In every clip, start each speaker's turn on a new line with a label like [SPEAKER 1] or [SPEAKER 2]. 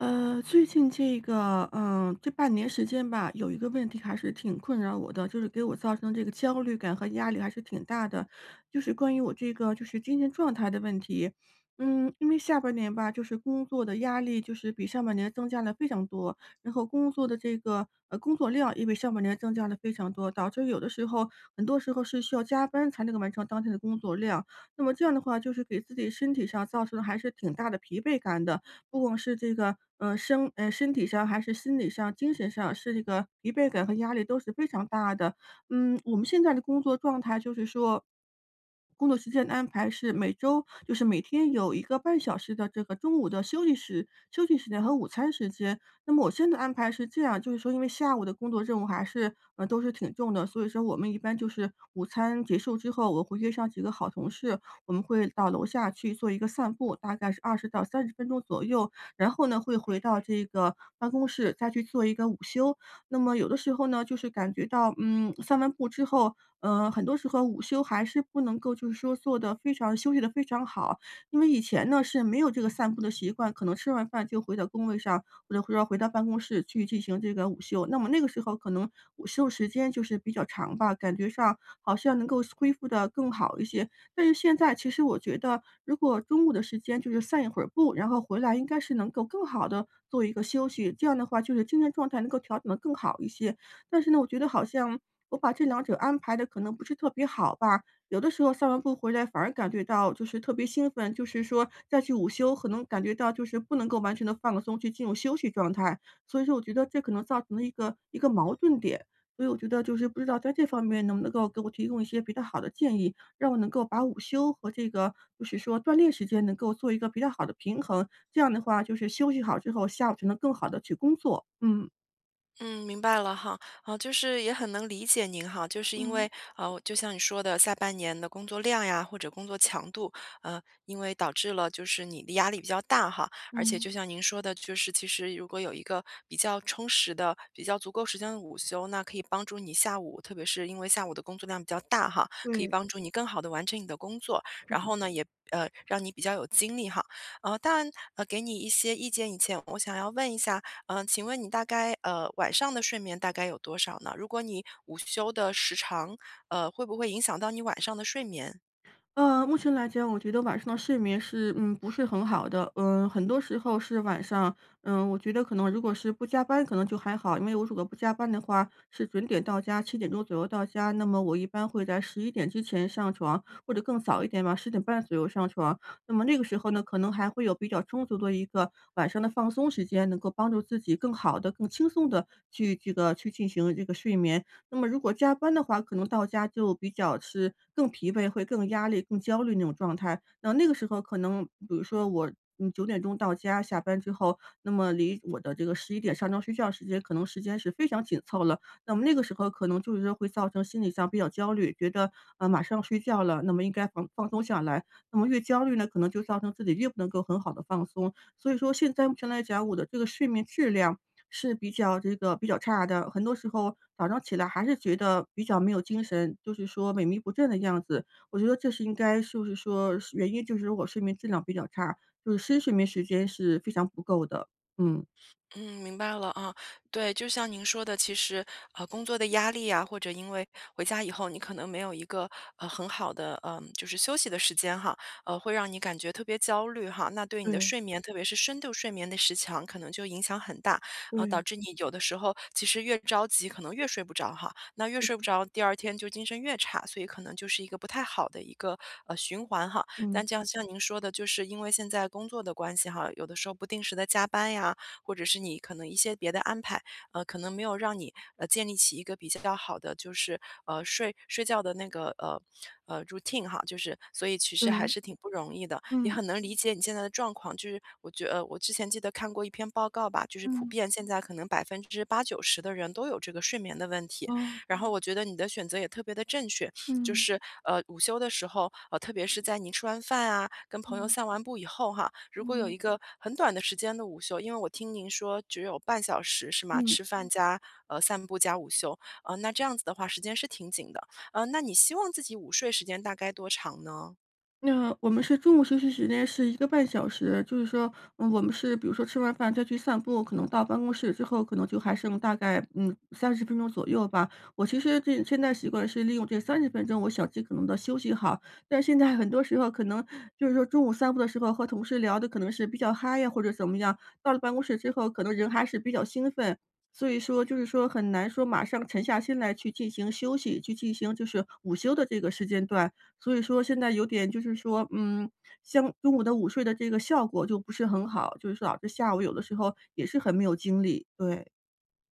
[SPEAKER 1] 最近这个，这半年时间吧，有一个问题还是挺困扰我的，就是给我造成这个焦虑感和压力还是挺大的，就是关于我这个就是精神状态的问题。因为下半年吧，就是工作的压力就是比上半年增加了非常多，然后工作的这个工作量也比上半年增加了非常多，导致有的时候很多时候是需要加班才能够完成当天的工作量。那么这样的话，就是给自己身体上造成了还是挺大的疲惫感的。不管是这个，身体上还是心理上、精神上，是这个疲惫感和压力都是非常大的。我们现在的工作状态就是说，工作时间的安排是每周就是每天有一个半小时的这个中午的休息时间和午餐时间。那么我现在安排是这样，就是说因为下午的工作任务还是，都是挺重的，所以说我们一般就是午餐结束之后，我会约上几个好同事，我们会到楼下去做一个散步，大概是20到30分钟左右，然后呢，会回到这个办公室再去做一个午休。那么有的时候呢，就是感觉到，散完步之后，很多时候午休还是不能够就是说做的非常休息的非常好。因为以前呢，是没有这个散步的习惯，可能吃完饭就回到工位上，或者回到办公室去进行这个午休。那么那个时候可能午休时间就是比较长吧，感觉上好像能够恢复的更好一些。但是现在其实我觉得，如果中午的时间就是散一会儿步，然后回来应该是能够更好的做一个休息，这样的话就是精神状态能够调整的更好一些。但是呢，我觉得好像我把这两者安排的可能不是特别好吧，有的时候散完步回来反而感觉到就是特别兴奋，就是说再去午休，可能感觉到就是不能够完全的放松，去进入休息状态。所以说我觉得这可能造成了一个矛盾点，所以我觉得就是不知道在这方面能不能够给我提供一些比较好的建议，让我能够把午休和这个就是说锻炼时间能够做一个比较好的平衡，这样的话就是休息好之后，下午才能更好的去工作。嗯。
[SPEAKER 2] 嗯，明白了哈，啊，就是也很能理解您哈，就是因
[SPEAKER 1] 嗯，
[SPEAKER 2] 为啊，就像你说的，下半年的工作量呀，或者工作强度，呃，因为导致了就是你的压力比较大哈，而且
[SPEAKER 1] 嗯，
[SPEAKER 2] 就像您说的，就是其实如果有一个比较充实的、比较足够时间的午休，那可以帮助你下午，特别是因为下午的工作量比较大哈，可以
[SPEAKER 1] 对。
[SPEAKER 2] 帮助你更好的完成你的工作，然后呢，也让你比较有精力哈，当然给你一些意见以前，我想要问一下，嗯，请问你大概晚上的睡眠大概有多少呢？如果你午休的时长，会不会影响到你晚上的睡眠？
[SPEAKER 1] 目前来讲，我觉得晚上的睡眠是，不是很好的。嗯，很多时候是晚上，我觉得可能如果是不加班，可能就还好，因为我如果不加班的话，是准点到家，7点钟左右到家。那么我一般会在十一点之前上床，或者更早一点吧，10点半左右上床。那么那个时候呢，可能还会有比较充足的一个晚上的放松时间，能够帮助自己更好的、更轻松的去这个去进行这个睡眠。那么如果加班的话，可能到家就比较是更疲惫，会更压力、更焦虑那种状态。那那个时候可能比如说我，9点钟到家，下班之后，那么离我的这个十一点上床睡觉时间，可能时间是非常紧凑了。那么那个时候可能就是说会造成心理上比较焦虑，觉得，马上要睡觉了，那么应该放松下来。那么越焦虑呢，可能就造成自己越不能够很好的放松。所以说现在目前来讲，我的这个睡眠质量是比较这个比较差的，很多时候早上起来还是觉得比较没有精神，就是说萎靡不振的样子。我觉得这是应该就是说是原因就是我睡眠质量比较差，就是深睡眠时间是非常不够的，嗯。
[SPEAKER 2] 嗯，明白了啊。对，就像您说的，其实工作的压力啊，或者因为回家以后你可能没有一个很好的嗯、就是休息的时间哈，会让你感觉特别焦虑哈。那对你的
[SPEAKER 1] 对，
[SPEAKER 2] 睡眠，特别是深度睡眠的时长，可能就影响很大，
[SPEAKER 1] 对。
[SPEAKER 2] 导致你有的时候其实越着急，可能越睡不着哈。那越
[SPEAKER 1] 是的
[SPEAKER 2] 睡不着，第二天就精神越差，所以可能就是一个不太好的一个循环哈。
[SPEAKER 1] 嗯。
[SPEAKER 2] 但这样像您说的，就是因为现在工作的关系哈，有的时候不定时的加班呀，或者是你可能一些别的安排，可能没有让你建立起一个比较好的就是睡觉的那个routine 哈，就是所以其实还
[SPEAKER 1] 对，
[SPEAKER 2] 是挺不容易的，也
[SPEAKER 1] 嗯，
[SPEAKER 2] 很能理解你现在的状况。就是我觉呃我之前记得看过一篇报告吧，就是普
[SPEAKER 1] 嗯，
[SPEAKER 2] 遍现在可能80-90%的人都有这个睡眠的问题，
[SPEAKER 1] 哦，
[SPEAKER 2] 然后我觉得你的选择也特别的正确，就
[SPEAKER 1] 嗯，
[SPEAKER 2] 是午休的时候，呃，特别是在您吃完饭啊，跟朋友
[SPEAKER 1] 嗯，
[SPEAKER 2] 散完步以后哈，如果有
[SPEAKER 1] 嗯。
[SPEAKER 2] 一个很短的时间的午休，因为我听您说只有半小时是吗？
[SPEAKER 1] 嗯嗯。
[SPEAKER 2] 吃饭加散步加午休，那这样子的话时间是挺紧的，那你希望自己午睡时间大概多长呢？
[SPEAKER 1] 那我们是中午休息时间是一个半小时，就是说，我们是比如说吃完饭再去散步，可能到办公室之后，可能就还剩大概，三十分钟左右吧。我其实这现在习惯是利用这三十分钟，我想尽可能的休息好。但是现在很多时候可能就是说中午散步的时候和同事聊的可能是比较嗨呀或者怎么样，到了办公室之后可能人还是比较兴奋，所以说就是说很难说马上沉下心来去进行休息，去进行就是午休的这个时间段。所以说现在有点就是说，像中午的午睡的这个效果就不是很好，就是导致下午有的时候也是很没有精力，对。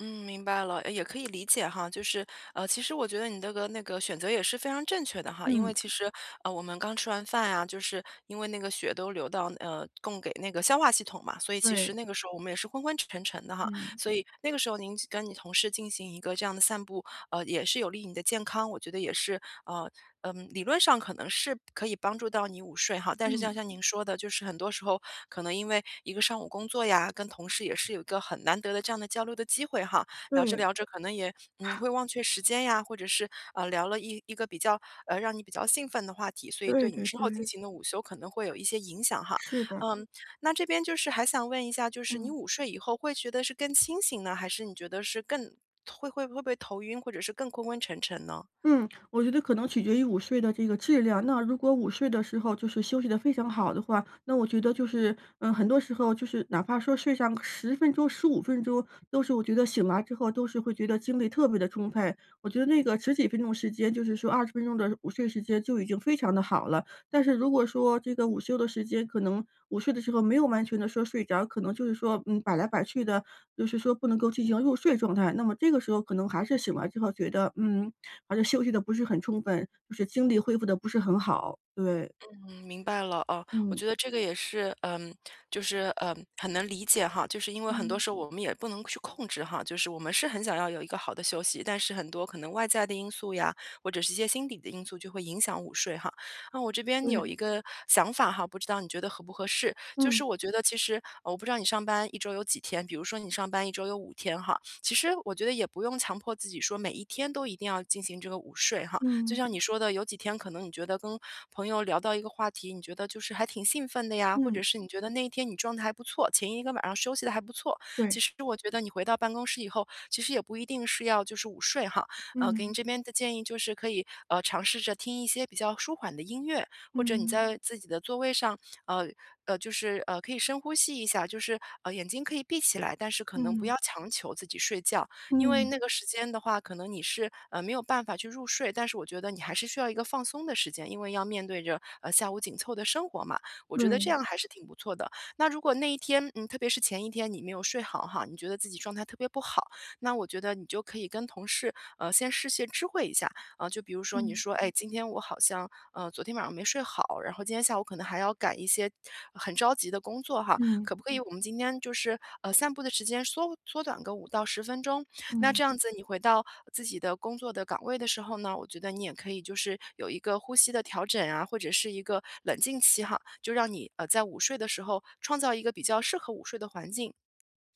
[SPEAKER 2] 嗯，明白了，也可以理解哈。就是，呃，其实我觉得你这个那个选择也是非常正确的哈，因为
[SPEAKER 1] 嗯，
[SPEAKER 2] 其实，我们刚吃完饭呀，就是因为那个血都流到供给那个消化系统嘛，所以其实
[SPEAKER 1] 对，
[SPEAKER 2] 那个时候我们也是昏昏沉沉的哈。
[SPEAKER 1] 嗯，
[SPEAKER 2] 所以那个时候您跟你同事进行一个这样的散步，也是有利于你的健康。我觉得也是，呃，嗯，理论上可能是可以帮助到你午睡哈，但是像
[SPEAKER 1] 嗯，
[SPEAKER 2] 像您说的，就是很多时候可能因为一个上午工作呀，跟同事也是有一个很难得的这样的交流的机会哈，聊着
[SPEAKER 1] 对，
[SPEAKER 2] 聊着可能也会忘却时间呀，或者是聊了一个比较让你比较兴奋的话题，所以
[SPEAKER 1] 对
[SPEAKER 2] 对你
[SPEAKER 1] 对
[SPEAKER 2] 之后进
[SPEAKER 1] 对，
[SPEAKER 2] 行的午休可能会有一些影响哈。
[SPEAKER 1] 是的，
[SPEAKER 2] 嗯，那这边就是还想问一下，就是你
[SPEAKER 1] 嗯。
[SPEAKER 2] 午睡以后会觉得是更清醒呢，还是你觉得是更会不会头晕，或者是更昏昏沉沉呢？
[SPEAKER 1] 嗯，我觉得可能取决于午睡的这个质量。那如果午睡的时候就是休息得非常好的话，那我觉得就是，很多时候就是哪怕说睡上十分钟、15分钟，都是我觉得醒来之后都是会觉得精力特别的充沛。我觉得那个十几分钟时间，就是说20分钟的午睡时间就已经非常的好了。但是如果说这个午休的时间，可能午睡的时候没有完全的说睡着，可能就是说，摆来摆去的，就是说不能够进行入睡状态。那么这个时候可能还是醒来之后觉得，而且休息的不是很充分，就是精力恢复的不是很好，对，
[SPEAKER 2] 嗯，明白了哦，我
[SPEAKER 1] 嗯。
[SPEAKER 2] 觉得这个也是，嗯，就是嗯，很能理解哈，就是因为很多
[SPEAKER 1] 嗯，
[SPEAKER 2] 时候我们也不能去控制哈，就是我们是很想要有一个好的休息，但是很多可能外在的因素呀，或者是一些心理的因素就会影响午睡哈。那我这边
[SPEAKER 1] 对，
[SPEAKER 2] 有一个想法哈，不知道你觉得合不合适？就
[SPEAKER 1] 嗯，
[SPEAKER 2] 是我觉得其实，我不知道你上班1周有几天，比如说你上班1周有5天哈，其实我觉得也不用强迫自己说每一天都一定要进行这个午睡哈，就
[SPEAKER 1] 嗯，
[SPEAKER 2] 像你说的，有几天可能你觉得跟朋友聊到一个话题，你觉得就是还挺兴奋的呀，或者
[SPEAKER 1] 嗯，
[SPEAKER 2] 是你觉得那一天你状态还不错，前一个晚上休息的还不错。
[SPEAKER 1] 对，
[SPEAKER 2] 其实我觉得你回到办公室以后，其实也不一定是要就是午睡哈，给你
[SPEAKER 1] 嗯，
[SPEAKER 2] 这边的建议就是可以尝试着听一些比较舒缓的音乐，或者你
[SPEAKER 1] 嗯，
[SPEAKER 2] 在自己的座位上，呃就是可以深呼吸一下，就是眼睛可以闭起来，但是可能不
[SPEAKER 1] 嗯，
[SPEAKER 2] 要强求自己睡觉。因为
[SPEAKER 1] 嗯，嗯
[SPEAKER 2] 那个时间的话，可能你是没有办法去入睡，但是我觉得你还是需要一个放松的时间，因为要面对着下午紧凑的生活嘛。我觉得这
[SPEAKER 1] 对，
[SPEAKER 2] 样还是挺不错的。那如果那一天，嗯，特别是前一天你没有睡好哈，你觉得自己状态特别不好，那我觉得你就可以跟同事先事先知会一下啊、就比如说你
[SPEAKER 1] 嗯，
[SPEAKER 2] 说，哎，今天我好像昨天晚上没睡好，然后今天下午可能还要赶一些很着急的工作哈，
[SPEAKER 1] 嗯，
[SPEAKER 2] 可不可以我们今天就是散步的时间缩短个5到10分钟？那这样子你回到自己的工作的岗位的时候呢，我觉得你也可以就是有一个呼吸的调整啊，或者是一个冷静期哈，就让你，呃，在午睡的时候创造一个比较适合午睡的环境。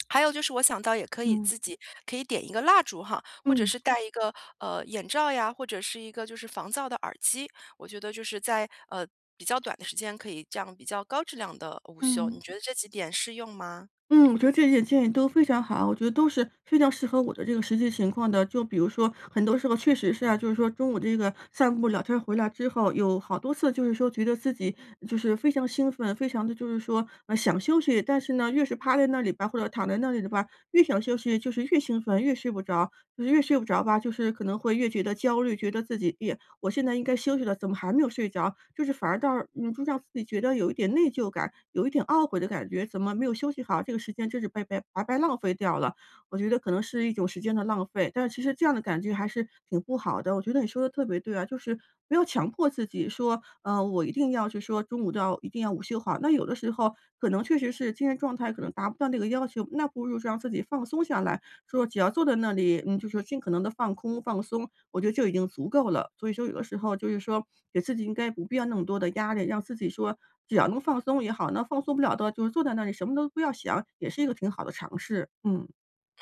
[SPEAKER 2] 还有就是我想到也可以
[SPEAKER 1] 嗯，
[SPEAKER 2] 自己可以点一个蜡烛哈，或者
[SPEAKER 1] 嗯，嗯
[SPEAKER 2] 是戴一个，呃，眼罩呀，或者是一个就是防噪的耳机。我觉得就是在，呃，比较短的时间可以这样比较高质量的午休，你
[SPEAKER 1] 嗯。
[SPEAKER 2] 觉得这几点适用吗？
[SPEAKER 1] 嗯，我觉得这些建议都非常好，我觉得都是非常适合我的这个实际情况的。就比如说，很多时候确实是啊，就是说中午这个散步聊天儿回来之后，有好多次就是说觉得自己就是非常兴奋，非常的就是说想休息，但是呢，越是趴在那里吧，或者躺在那里的吧，越想休息，就是越兴奋，越睡不着，就是越睡不着吧，就是可能会越觉得焦虑，觉得自己也我现在应该休息了，怎么还没有睡着？就是反而到，就让自己觉得有一点内疚感，有一点懊悔的感觉，怎么没有休息好，这个时间真是白白浪费掉了。我觉得可能是一种时间的浪费，但是其实这样的感觉还是挺不好的。我觉得你说的特别对啊，就是不要强迫自己说，我一定要去说中午到一定要午休好。那有的时候可能确实是精神状态可能达不到那个要求，那不如就让自己放松下来，说只要坐在那里，就是尽可能的放空、放松，我觉得就已经足够了。所以说有的时候就是说，给自己应该不必要那么多的压力，让自己说只要能放松也好，那放松不了的就是坐在那里什么都不要想，也是一个挺好的尝试。嗯，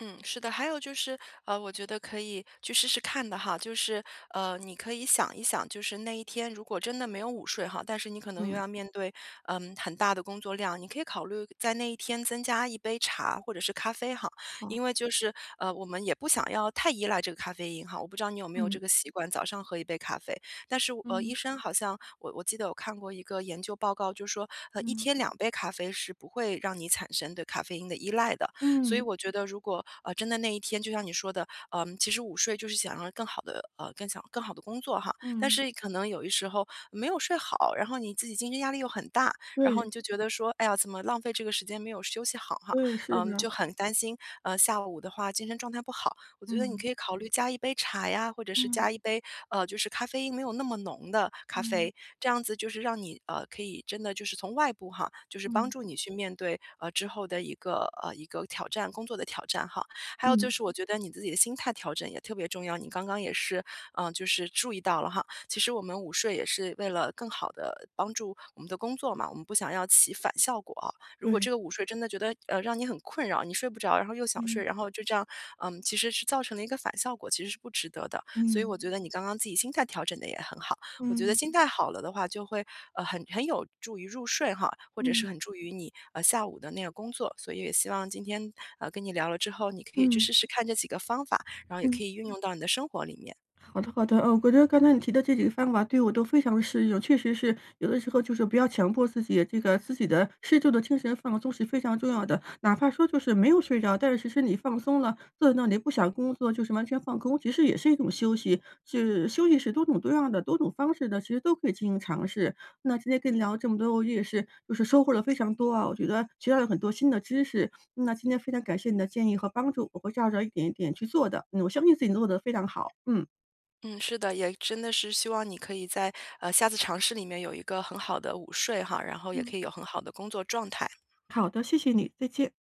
[SPEAKER 2] 嗯，是的，还有就是，我觉得可以去试试看的哈，就是，你可以想一想，就是那一天如果真的没有午睡哈，但是你可能又
[SPEAKER 1] 嗯。
[SPEAKER 2] 要面对，嗯，很大的工作量，你可以考虑在那一天增加一杯茶或者是咖啡哈，
[SPEAKER 1] 好，
[SPEAKER 2] 因为就是，我们也不想要太依赖这个咖啡因哈，我不知道你有没有这
[SPEAKER 1] 嗯，
[SPEAKER 2] 个习惯，早上喝1杯咖啡，但是医
[SPEAKER 1] 嗯，
[SPEAKER 2] 生好像我记得我看过一个研究报告，就说，一
[SPEAKER 1] 嗯，
[SPEAKER 2] 天两杯咖啡是不会让你产生对咖啡因的依赖的。所以
[SPEAKER 1] 嗯，
[SPEAKER 2] 我觉得如果，呃，真的那一天就像你说的，嗯，其实午睡就是想让更好的更想更好的工作哈，但
[SPEAKER 1] 嗯，
[SPEAKER 2] 是可能有一时候没有睡好，然后你自己精神压力又很大，然后
[SPEAKER 1] 对，
[SPEAKER 2] 你就觉得说，哎呀，怎么浪费这个时间没有休息好哈，
[SPEAKER 1] 对，是
[SPEAKER 2] 嗯，
[SPEAKER 1] 的，
[SPEAKER 2] 就很担心，下午的话精神状态不好，我觉得你
[SPEAKER 1] 嗯，
[SPEAKER 2] 可以考虑加一杯茶呀，或者是
[SPEAKER 1] 嗯，
[SPEAKER 2] 加一杯，就是咖啡因没有那么浓的咖
[SPEAKER 1] 嗯，
[SPEAKER 2] 啡，这样子就是让你，呃，可以真的就是从外部哈，就是帮
[SPEAKER 1] 嗯，
[SPEAKER 2] 助你去面对，呃，之后的一个，呃，一个挑战，工作的挑战哈。还有就
[SPEAKER 1] 嗯，
[SPEAKER 2] 是我觉得你自己的心态调整也特别重要，你刚刚也是，就是注意到了哈，其实我们午睡也是为了更好的帮助我们的工作嘛，我们不想要起反效果啊，如果
[SPEAKER 1] 对，
[SPEAKER 2] 这个午睡真的觉得让你很困扰，你睡不着，然后又想
[SPEAKER 1] 嗯，
[SPEAKER 2] 睡，然后就这样，嗯，其实是造成了一个反效果，其实是不值得的。所以我
[SPEAKER 1] 嗯，
[SPEAKER 2] 觉得你刚刚自己心态调整的也很好，我觉得
[SPEAKER 1] 嗯，
[SPEAKER 2] 心态好了的话，就会很有助于入睡哈，或者是
[SPEAKER 1] 嗯，
[SPEAKER 2] 很助于你下午的那个工作。所以也希望今天跟你聊了之后，你可以去
[SPEAKER 1] 嗯，
[SPEAKER 2] 试试看这几个方法，然后也
[SPEAKER 1] 嗯。
[SPEAKER 2] 可以运用到你的生活里面。
[SPEAKER 1] 好的，好的，我觉得刚才你提的这几个方法对我都非常适用，确实是有的时候就是不要强迫自己，这个自己的适度的精神放松是非常重要的。哪怕说就是没有睡着，但是其实你放松了，坐在那里不想工作，就是完全放空，其实也是一种休息。是休息是多种多样的，多种方式的，其实都可以进行尝试。那今天跟你聊这么多，我也是就是收获了非常多啊，我觉得学到了很多新的知识。那今天非常感谢你的建议和帮助，我会照着一点一点去做的。嗯，我相信自己做的非常好。嗯。
[SPEAKER 2] 嗯，是的，也真的是希望你可以在下次尝试里面有一个很好的午睡哈，然后也
[SPEAKER 1] 嗯，
[SPEAKER 2] 可以有很好的工作状态。
[SPEAKER 1] 好的，谢谢你，再见。